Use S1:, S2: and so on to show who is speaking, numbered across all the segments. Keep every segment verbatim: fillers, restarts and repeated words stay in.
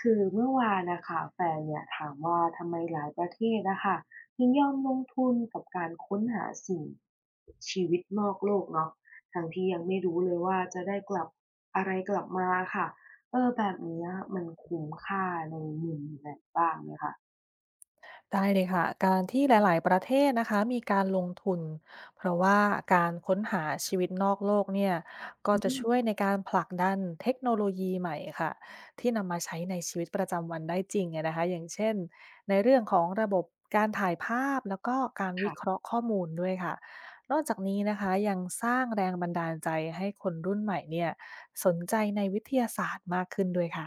S1: คือเมื่อวานนะคะแฟนเนี่ยถามว่าทำไมหลายประเทศนะคะถึงยอมลงทุนกับการค้นหาสิ่งชีวิตนอกโลกเนาะทั้งที่ยังไม่รู้เลยว่าจะได้กลับอะไรกลับมาค่ะเออแบบเนี้ยมันคุ้มค่าในมุมแบบบ้างไหมคะ
S2: ได้เลยค่ะการที่หลาย ๆ ประเทศนะคะมีการลงทุนเพราะว่าการค้นหาชีวิตนอกโลกเนี่ยก็จะ
S1: อื
S2: ช่วย
S1: ม
S2: ในการผลักดันเทคโนโลยีใหม่ค่ะที่นำมาใช้ในชีวิตประจำวันได้จริงอะนะคะอย่างเช่นในเรื่องของระบบการถ่ายภาพแล้วก็การวิเค
S1: ค่ะ
S2: ราะห์ข้อมูลด้วยค่ะนอกจากนี้นะคะยังสร้างแรงบันดาลใจให้คนรุ่นใหม่เนี่ยสนใจในวิทยาศาสตร์มากขึ้นด้วยค่ะ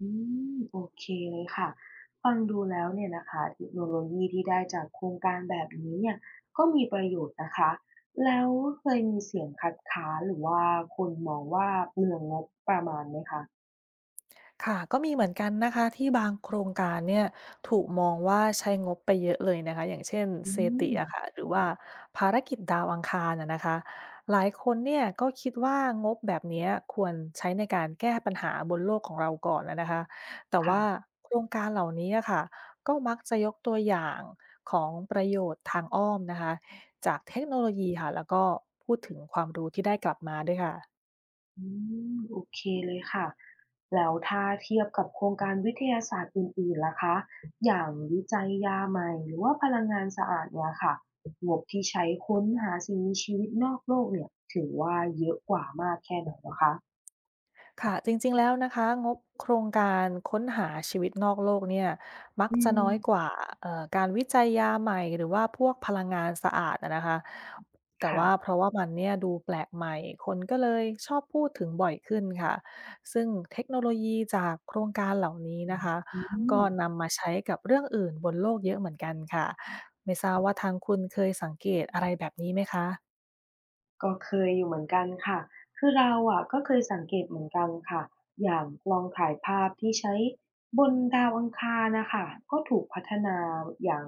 S1: อืมโอเคเลยค่ะฟังดูแล้วเนี่ยนะคะเทคโนโลยีที่ได้จากโครงการแบบนี้เนี่ยก็มีประโยชน์นะคะแล้วเคยมีเสียงคัดค้านหรือว่าคนมองว่าเปลืองงบประมาณไหมคะ
S2: ค่ะก็มีเหมือนกันนะคะที่บางโครงการเนี่ยถูกมองว่าใช้งบไปเยอะเลยนะคะอย่างเช่น
S1: อื
S2: เซติอะ
S1: ม
S2: ค่ะหรือว่าภารกิจดาวอังคารอะนะคะหลายคนเนี่ยก็คิดว่างบแบบเนี้ยควรใช้ในการแก้ปัญหาบนโลกของเราก่อนนะนะคะแต่
S1: ค่ะ
S2: ว่าโครงการเหล่านี้อะค่ะก็มักจะยกตัวอย่างของประโยชน์ทางอ้อมนะคะจากเทคโนโลยีค่ะแล้วก็พูดถึงความรู้ที่ได้กลับมาด้วยค่ะ
S1: อืมโอเคเลยค่ะแล้วถ้าเทียบกับโครงการวิทยาศาสตร์อื่นๆล่ะคะอย่างวิจัยยาใหม่หรือว่าพลังงานสะอาดเนี่ยค่ะงบที่ใช้ค้นหาสิ่งมีชีวิตนอกโลกเนี่ยถือว่าเยอะกว่ามากแค่ไหนเหรอคะ
S2: ค่ะจริงๆแล้วนะคะงบโครงการค้นหาชีวิตนอกโลกเนี่ยมัก
S1: อื
S2: จะน้อยก
S1: ม
S2: ว่าเอ่อการวิจัยยาใหม่หรือว่าพวกพลังงานสะอาดอะนะคะแต่
S1: ค่ะ
S2: ว่าเพราะว่ามันเนี่ยดูแปลกใหม่คนก็เลยชอบพูดถึงบ่อยขึ้นค่ะซึ่งเทคโนโลยีจากโครงการเหล่านี้นะคะ
S1: อื
S2: ก็
S1: ม
S2: นำมาใช้กับเรื่องอื่นบนโลกเยอะเหมือนกันค่ะไม่ทราบว่าทางคุณเคยสังเกตอะไรแบบนี้ไหมคะ
S1: ก็เคยอยู่เหมือนกันค่ะ คือเราอะก็เคยสังเกตเหมือนกันค่ะ อย่างลองถ่ายภาพที่ใช้บนดาวอังคารนะคะก็ถูกพัฒนาอย่าง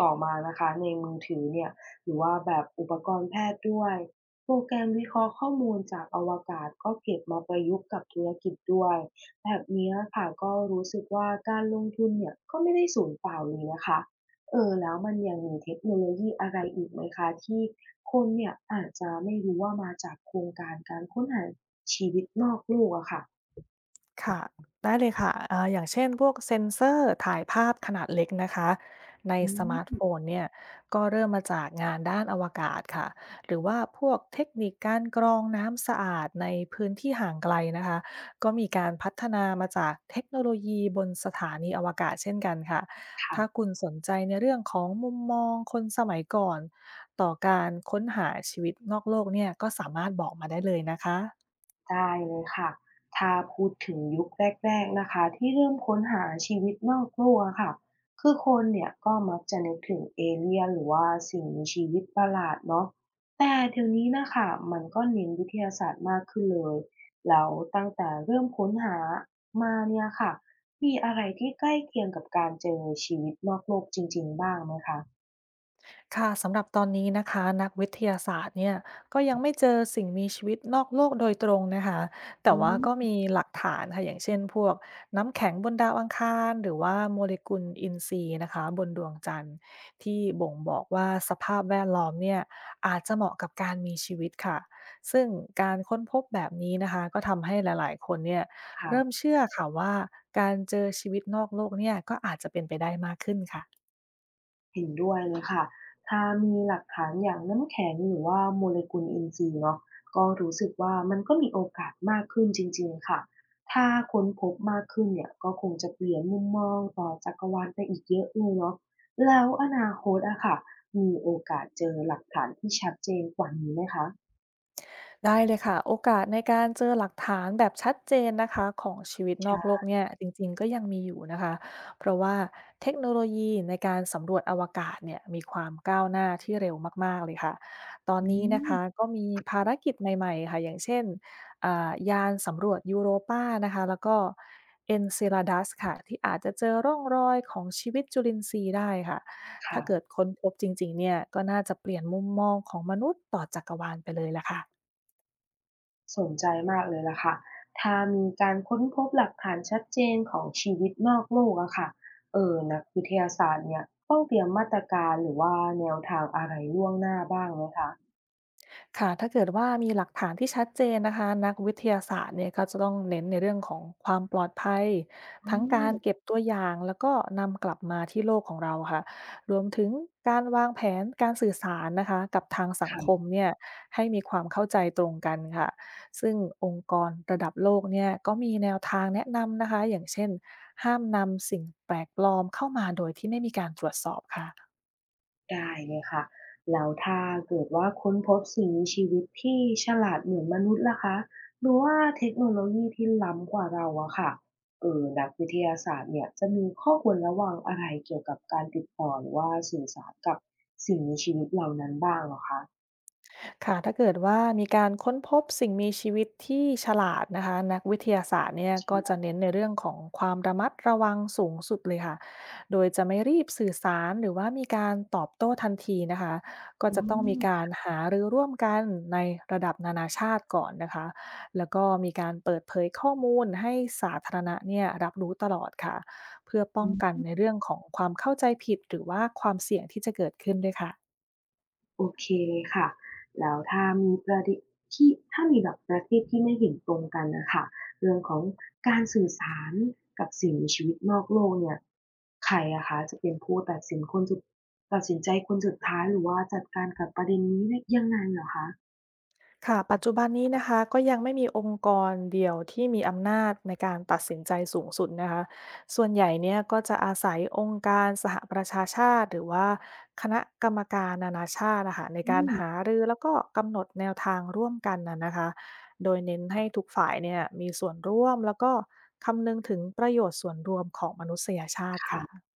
S1: ต่อมานะคะในมือถือเนี่ยหรือว่าแบบอุปกรณ์แพทย์ด้วย โปรแกรมวิเคราะห์ข้อมูลจากอวกาศก็เก็บมาประยุกต์กับธุรกิจด้วย แบบเนี้ยค่ะก็รู้สึกว่าการลงทุนเนี่ยก็ไม่ได้สูญเปล่าเลยนะคะ เอ่อแล้วมันยังมีเทคโนโลยีอะไรอีกไหมคะที่คนเนี่ยอาจจะไม่รู้ว่ามาจากโครงการการค้นหาชีวิตนอกโลกอะค่ะ
S2: ค่ะได้เลยค่ะเอ่าอย่างเช่นพวกเซ็นเซอร์ถ่ายภาพขนาดเล็กนะคะใน
S1: อื
S2: สมาร์ทโฟ
S1: ม
S2: นเนี่ยก็เริ่มมาจากงานด้านอวกาศค่ะหรือว่าพวกเทคนิคการกรองน้ำสะอาดในพื้นที่ห่างไกลนะคะก็มีการพัฒนามาจากเทคโนโลยีบนสถานีอวกาศเช่นกันค่ะ
S1: ค่ะ
S2: ถ้าคุณสนใจในเรื่องของมุมมองคนสมัยก่อนต่อการค้นหาชีวิตนอกโลกเนี่ยก็สามารถบอกมาได้เลยนะคะ
S1: ได้เลยค่ะถ้าพูดถึงยุคแรกๆนะคะที่เริ่มค้นหาชีวิตนอกโลกอะค่ะคือคนเนี่ยก็มักจะนึกถึงเอเลียนหรือว่าสิ่งมีชีวิตประหลาดเนาะแต่เดี๋ยวนี้นะค่ะมันก็เน้นวิทยาศาสตร์มากขึ้นเลย แล้วตั้งแต่เริ่มค้นหามาเนี่ยค่ะมีอะไรที่ใกล้เคียงกับการเจอชีวิตนอกโลกจริงๆบ้างไหมคะ
S2: ค่ะสำหรับตอนนี้นะคะนักวิทยาศาสตร์เนี่ยก็ยังไม่เจอสิ่งมีชีวิตนอกโลกโดยตรงนะคะ
S1: อ
S2: แต่ว่าก็
S1: ืม
S2: มีหลักฐานค่ะอย่างเช่นพวกน้ำแข็งบนดาวอังคารหรือว่าโมเลกุลอินทรีย์นะคะบนดวงจันทร์ที่บ่งบอกว่าสภาพแวดล้อมเนี่ยอาจจะเหมาะกับการมีชีวิตค่ะซึ่งการค้นพบแบบนี้นะคะก็ทำให้หลายๆคนเนี่ยเริ่ม
S1: ค่ะ
S2: เชื่อค่ะว่าการเจอชีวิตนอกโลกเนี่ยก็อาจจะเป็นไปได้มากขึ้นค่ะ
S1: เห็นด้วยเลยค่ะถ้ามีหลักฐานอย่างน้ำแข็งหรือว่าโมเลกุลอินทรีย์เนาะก็รู้สึกว่ามันก็มีโอกาสมากขึ้นจริงๆค่ะ ถ้าค้นพบมากขึ้นเนี่ยก็คงจะเปลี่ยนมุมมองต่อจักรวาลไปอีกเยอะเลยเนาะแล้วอนาคตอะค่ะ มีโอกาสเจอหลักฐานที่ชัดเจนกว่านี้ไหมคะ
S2: ได้เลยค่ะโอกาสในการเจอหลักฐานแบบชัดเจนนะคะของชีวิตนอกโล
S1: ใช่
S2: กเนี่ยจริงๆก็ยังมีอยู่นะคะเพราะว่าเทคโนโลยีในการสำรวจอวกาศเนี่ยมีความก้าวหน้าที่เร็วมากๆเลยค่ะตอน
S1: อื
S2: นี้นะ
S1: ม
S2: คะก็มีภารกิจใหม่ๆค่ะอย่างเช่นอ่ายานสำรวจยูโรปานะคะแล้วก็ เอนเซลาดัส ค่ะที่อาจจะเจอร่องรอยของชีวิตจุลินทรีย์ได้ค่ะถ้า
S1: ค่ะ
S2: เกิดค้นพบจริงๆเนี่ยก็น่าจะเปลี่ยนมุมมองของมนุษย์ต่อจักรวาลไปเลยละค่ะ
S1: สนใจมากเลยล่ะค่ะถ้ามีการค้นพบหลักฐานชัดเจนของชีวิตนอกโลกอะค่ะ เออ นักวิทยาศาสตร์เนี่ยต้องเตรียมมาตรการหรือว่าแนวทางอะไรล่วงหน้าบ้างไหมคะ
S2: ค่ะถ้าเกิดว่ามีหลักฐานที่ชัดเจนนะคะนักวิทยาศาสตร์เนี่ยก็จะต้องเน้นในเรื่องของความปลอดภัย
S1: อื
S2: ทั้งการ
S1: ม
S2: เก็บตัวอย่างแล้วก็นำกลับมาที่โลกของเราค่ะรวมถึงการวางแผนการสื่อสารนะคะกับทางสังคม
S1: ค่ะ
S2: เนี่ยให้มีความเข้าใจตรงกันค่ะซึ่งองค์กรระดับโลกเนี่ยก็มีแนวทางแนะนำนะคะอย่างเช่นห้ามนำสิ่งแปลกปลอมเข้ามาโดยที่ไม่มีการตรวจสอบค่ะ
S1: ได้เลยค่ะแล้วถ้าเกิดว่าค้นพบสิ่งมีชีวิตที่ฉลาดเหมือนมนุษย์ล่ะคะหรือว่าเทคโนโลยีที่ล้ำกว่าเราอะค่ะเอ่อนักวิทยาศาสตร์เนี่ยจะมีข้อควรระวังอะไรเกี่ยวกับการติดต่อหรือว่าสื่อสารกับสิ่งมีชีวิตเหล่านั้นบ้างเหรอคะ
S2: ค่ะถ้าเกิดว่ามีการค้นพบสิ่งมีชีวิตที่ฉลาดนะคะนักวิทยาศาสตร์เนี่ย
S1: ใช
S2: ก็
S1: ่
S2: จะเน้นในเรื่องของความระมัดระวังสูงสุดเลยค่ะโดยจะไม่รีบสื่อสารหรือว่ามีการตอบโต้ทันทีนะคะก็
S1: อ๋
S2: จะต้องมีกา
S1: อ
S2: รหารือร่วมกันในระดับนานาชาติก่อนนะคะแล้วก็มีการเปิดเผยข้อมูลให้สาธารณะเนี่ยรับรู้ตลอดค่ะเพื่อป้อ
S1: อื
S2: งกัน
S1: ม
S2: ในเรื่องของความเข้าใจผิดหรือว่าความเสี่ยงที่จะเกิดขึ้นด้วยค่ะ
S1: โอเคค่ะแล้วถ้ามีประเด็นที่ถ้ามีแบบประเภทที่ไม่เห็นตรงกันน่ะค่ะเรื่องของการสื่อสารกับสิ่งมีชีวิตนอกโลกเนี่ยใครอะคะจะเป็นผู้ตัดสินคนสุดตัดสินใจคนสุดท้ายหรือว่าจัดการกับประเด็นนี้ได้ยังไงเหรอคะ
S2: ค่ะปัจจุบันนี้นะคะก็ยังไม่มีองค์กรเดียวที่มีอำนาจในการตัดสินใจสูงสุดนะคะส่วนใหญ่เนี่ยก็จะอาศัยองค์การสหประชาชาติหรือว่าคณะกรรมการนานาชาตินะคะใน
S1: อื
S2: การ
S1: ม
S2: หารือแล้วก็กำหนดแนวทางร่วมกันนะนะคะโดยเน้นให้ทุกฝ่ายเนี่ยมีส่วนร่วมแล้วก็คำนึงถึงประโยชน์ส่วนรวมของมนุษยชาติ
S1: ค่ะ
S2: ค่ะ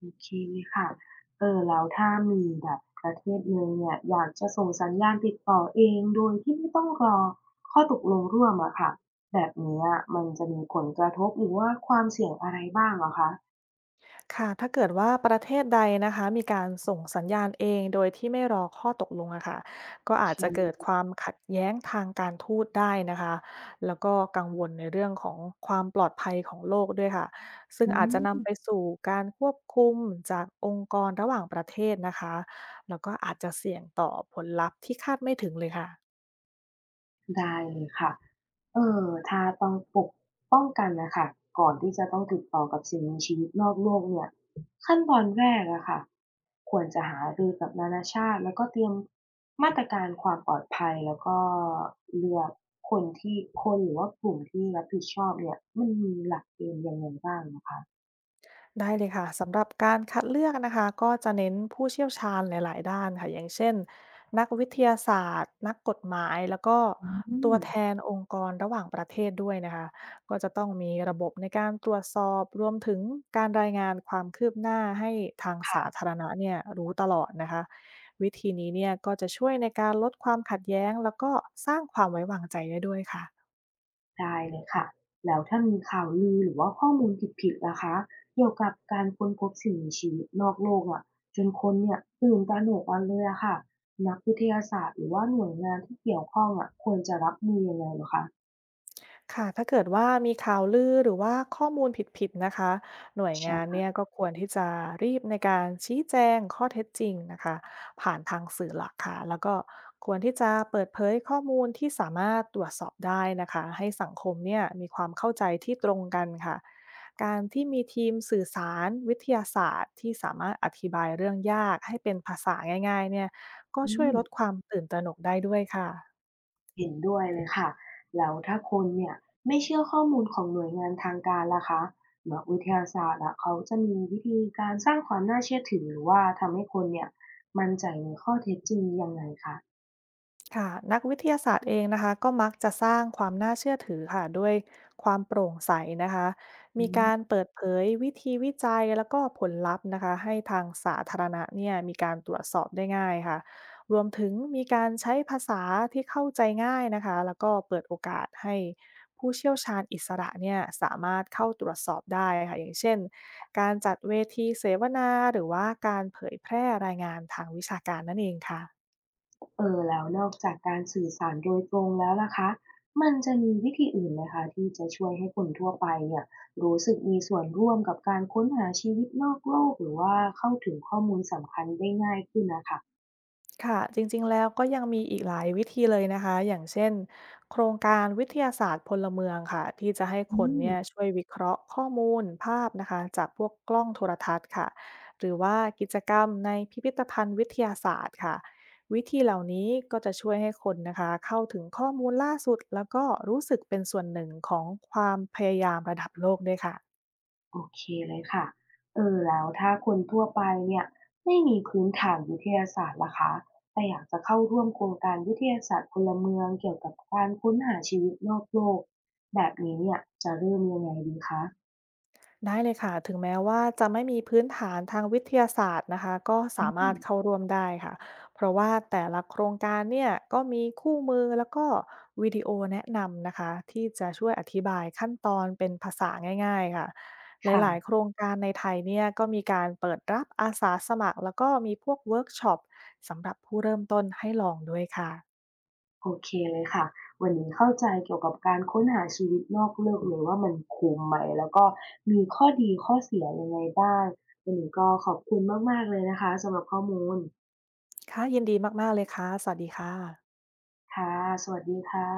S1: โอเคเลยค่ะ เออแล้วถ้ามีแบบประเทศหนึ่งเนี่ยอยากจะส่งสัญญาณติดต่อเองโดยที่ไม่ต้องรอข้อตกลงร่วมอะค่ะแบบเนี้ยมันจะมีผลกระทบหรือว่าความเสี่ยงอะไรบ้างเหรอคะ
S2: ค่ะถ้าเกิดว่าประเทศใดนะคะมีการส่งสัญญาณเองโดยที่ไม่รอข้อตกลงอะค่ะก็อาจจะ
S1: ยัง
S2: เกิดความขัดแย้งทางการทูตได้นะคะแล้วก็กังวลในเรื่องของความปลอดภัยของโลกด้วยค่ะซึ่ง
S1: อื
S2: อาจจะ
S1: ม
S2: นำไปสู่การควบคุมจากองค์กรระหว่างประเทศนะคะแล้วก็อาจจะเสี่ยงต่อผลลัพธ์ที่คาดไม่ถึงเลยค่ะ
S1: ได้เลยค่ะเออถ้าต้องปกป้องกันน่ะค่ะก่อนที่จะต้องติดต่อกับสิ่งมีชีวิตนอกโลกเนี่ยขั้นตอนแรกอะค่ะควรจะหารือกับนานาชาติแล้วก็เตรียมมาตรการความปลอดภัยแล้วก็เลือกคนที่คนหรือว่ากลุ่มที่รับผิดชอบเนี่ยมันมีหลักเกณฑ์ยังไงบ้างนะคะ
S2: ได้เลยค่ะสำหรับการคัดเลือกนะคะก็จะเน้นผู้เชี่ยวชาญหลายๆด้านค่ะอย่างเช่นนักวิทยาศาสตร์นักกฎหมายแล้วก็
S1: อื
S2: ตัวแท
S1: ม
S2: นองค์กรระหว่างประเทศด้วยนะคะก็จะต้องมีระบบในการตรวจสอบรวมถึงการรายงานความคืบหน้าให้ทางสาธา
S1: ค่ะ
S2: รณะเนี่ยรู้ตลอดนะคะวิธีนี้เนี่ยก็จะช่วยในการลดความขัดแย้งแล้วก็สร้างความไว้วางใจได้ด้วยค่ะ
S1: ได้เลยค่ะแล้วถ้ามีข่าวลือหรือว่าข้อมูลผิดๆล่ะคะเกี่ยวกับการค้นพบสิ่งมีชีวิตนอกโลกอะจนคนเนี่ยตื่นตระหนกกันเลยอะค่ะนักวิทยาศาสตร์หรือว่าหน่วยงานที่เกี่ยวข้องอะควรจะรับมือยังไงเหรอคะ
S2: ค่ะถ้าเกิดว่ามีข่าวลือหรือว่าข้อมูลผิดๆนะคะหน่วยงาน
S1: ใช่
S2: เนี่ยก็ควรที่จะรีบในการชี้แจงข้อเท็จจริงนะคะผ่านทางสื่อหลักค่ะแล้วก็ควรที่จะเปิดเผยข้อมูลที่สามารถตรวจสอบได้นะคะให้สังคมเนี่ยมีความเข้าใจที่ตรงกันค่ะการที่มีทีมสื่อสารวิทยาศาสตร์ที่สามารถอธิบายเรื่องยากให้เป็นภาษาง่ายๆเนี่ยก็
S1: อื
S2: ช่วย
S1: ม
S2: ลดความตื่นตระหนกได้ด้วยค่ะ
S1: เห็นด้วยเลยค่ะแล้วถ้าคนเนี่ยไม่เชื่อข้อมูลของหน่วยงานทางการล่ะคะนักวิทยาศาสตร์อะเขาจะมีวิธีการสร้างความน่าเชื่อถือหรือว่าทำให้คนเนี่ยมั่นใจในข้อเท็จจริงยังไงคะ
S2: ค่ะนักวิทยาศาสตร์เองนะคะก็มักจะสร้างความน่าเชื่อถือค่ะด้วยความโปร่งใสนะคะ
S1: อื
S2: มีการ
S1: ม
S2: เปิดเผยวิธีวิจัยแล้วก็ผลลัพธ์นะคะให้ทางสาธารณะเนี่ยมีการตรวจสอบได้ง่ายค่ะรวมถึงมีการใช้ภาษาที่เข้าใจง่ายนะคะแล้วก็เปิดโอกาสให้ผู้เชี่ยวชาญอิสระเนี่ยสามารถเข้าตรวจสอบได้ค่ะอย่างเช่นการจัดเวทีเสวนาหรือว่าการเผยแพร่รายงานทางวิชาการนั่นเองค่ะ
S1: เออแล้วนอกจากการสื่อสารโดยตรงแล้วล่ะคะมันจะมีวิธีอื่นไหมคะที่จะช่วยให้คนทั่วไปเนี่ยรู้สึกมีส่วนร่วมกับการค้นหาชีวิตนอกโลกหรือว่าเข้าถึงข้อมูลสำคัญได้ง่ายขึ้นน่ะค่ะ
S2: ค่ะจริงๆแล้วก็ยังมีอีกหลายวิธีเลยนะคะอย่างเช่นโครงการวิทยาศาสตร์พลเมืองค่ะที่จะให้
S1: อื
S2: คน
S1: ม
S2: เนี่ยช่วยวิเคราะห์ข้อมูลภาพนะคะจากพวกกล้องโทรทัศน์ค่ะหรือว่ากิจกรรมในพิพิธภัณฑ์วิทยาศาสตร์ค่ะวิธีเหล่านี้ก็จะช่วยให้คนนะคะเข้าถึงข้อมูลล่าสุดแล้วก็รู้สึกเป็นส่วนหนึ่งของความพยายามระดับโลกด้วยค่ะ
S1: โอเคเลยค่ะเออแล้วถ้าคนทั่วไปเนี่ยไม่มีพื้นฐานวิทยาศาสตร์ล่ะคะแต่อยากจะเข้าร่วมโครงการวิทยาศาสตร์พลเมืองเกี่ยวกับการค้นหาชีวิตนอกโลกแบบนี้เนี่ยจะเริ่มยังไงดีคะ
S2: ได้เลยค่ะถึงแม้ว่าจะไม่มีพื้นฐานทางวิทยาศาสตร์นะคะก็
S1: อื
S2: สามารถ
S1: ม
S2: เข้าร่วมได้ค่ะเพราะว่าแต่ละโครงการเนี่ยก็มีคู่มือแล้วก็วิดีโอแนะนำนะคะที่จะช่วยอธิบายขั้นตอนเป็นภาษาง่ายๆค่ะห
S1: ค่ะ
S2: ลายๆโครงการในไทยเนี่ยก็มีการเปิดรับอาสาสมัครแล้วก็มีพวกเวิร์กช็อปสำหรับผู้เริ่มต้นให้ลองด้วยค่ะ
S1: โอเคเลยค่ะ วันนี้เข้าใจเกี่ยวกับการค้นหาชีวิตนอกโลกเลยว่ามันคุ้มไหมแล้วก็มีข้อดีข้อเสียยังไงบ้างวันนี้ก็ขอบคุณมากๆเลยนะคะสำหรับข้อมูล
S2: ค่ะยินดีมากๆเลยค่ะสวัสดีค่ะ
S1: ค่ะสวัสดีค่ะ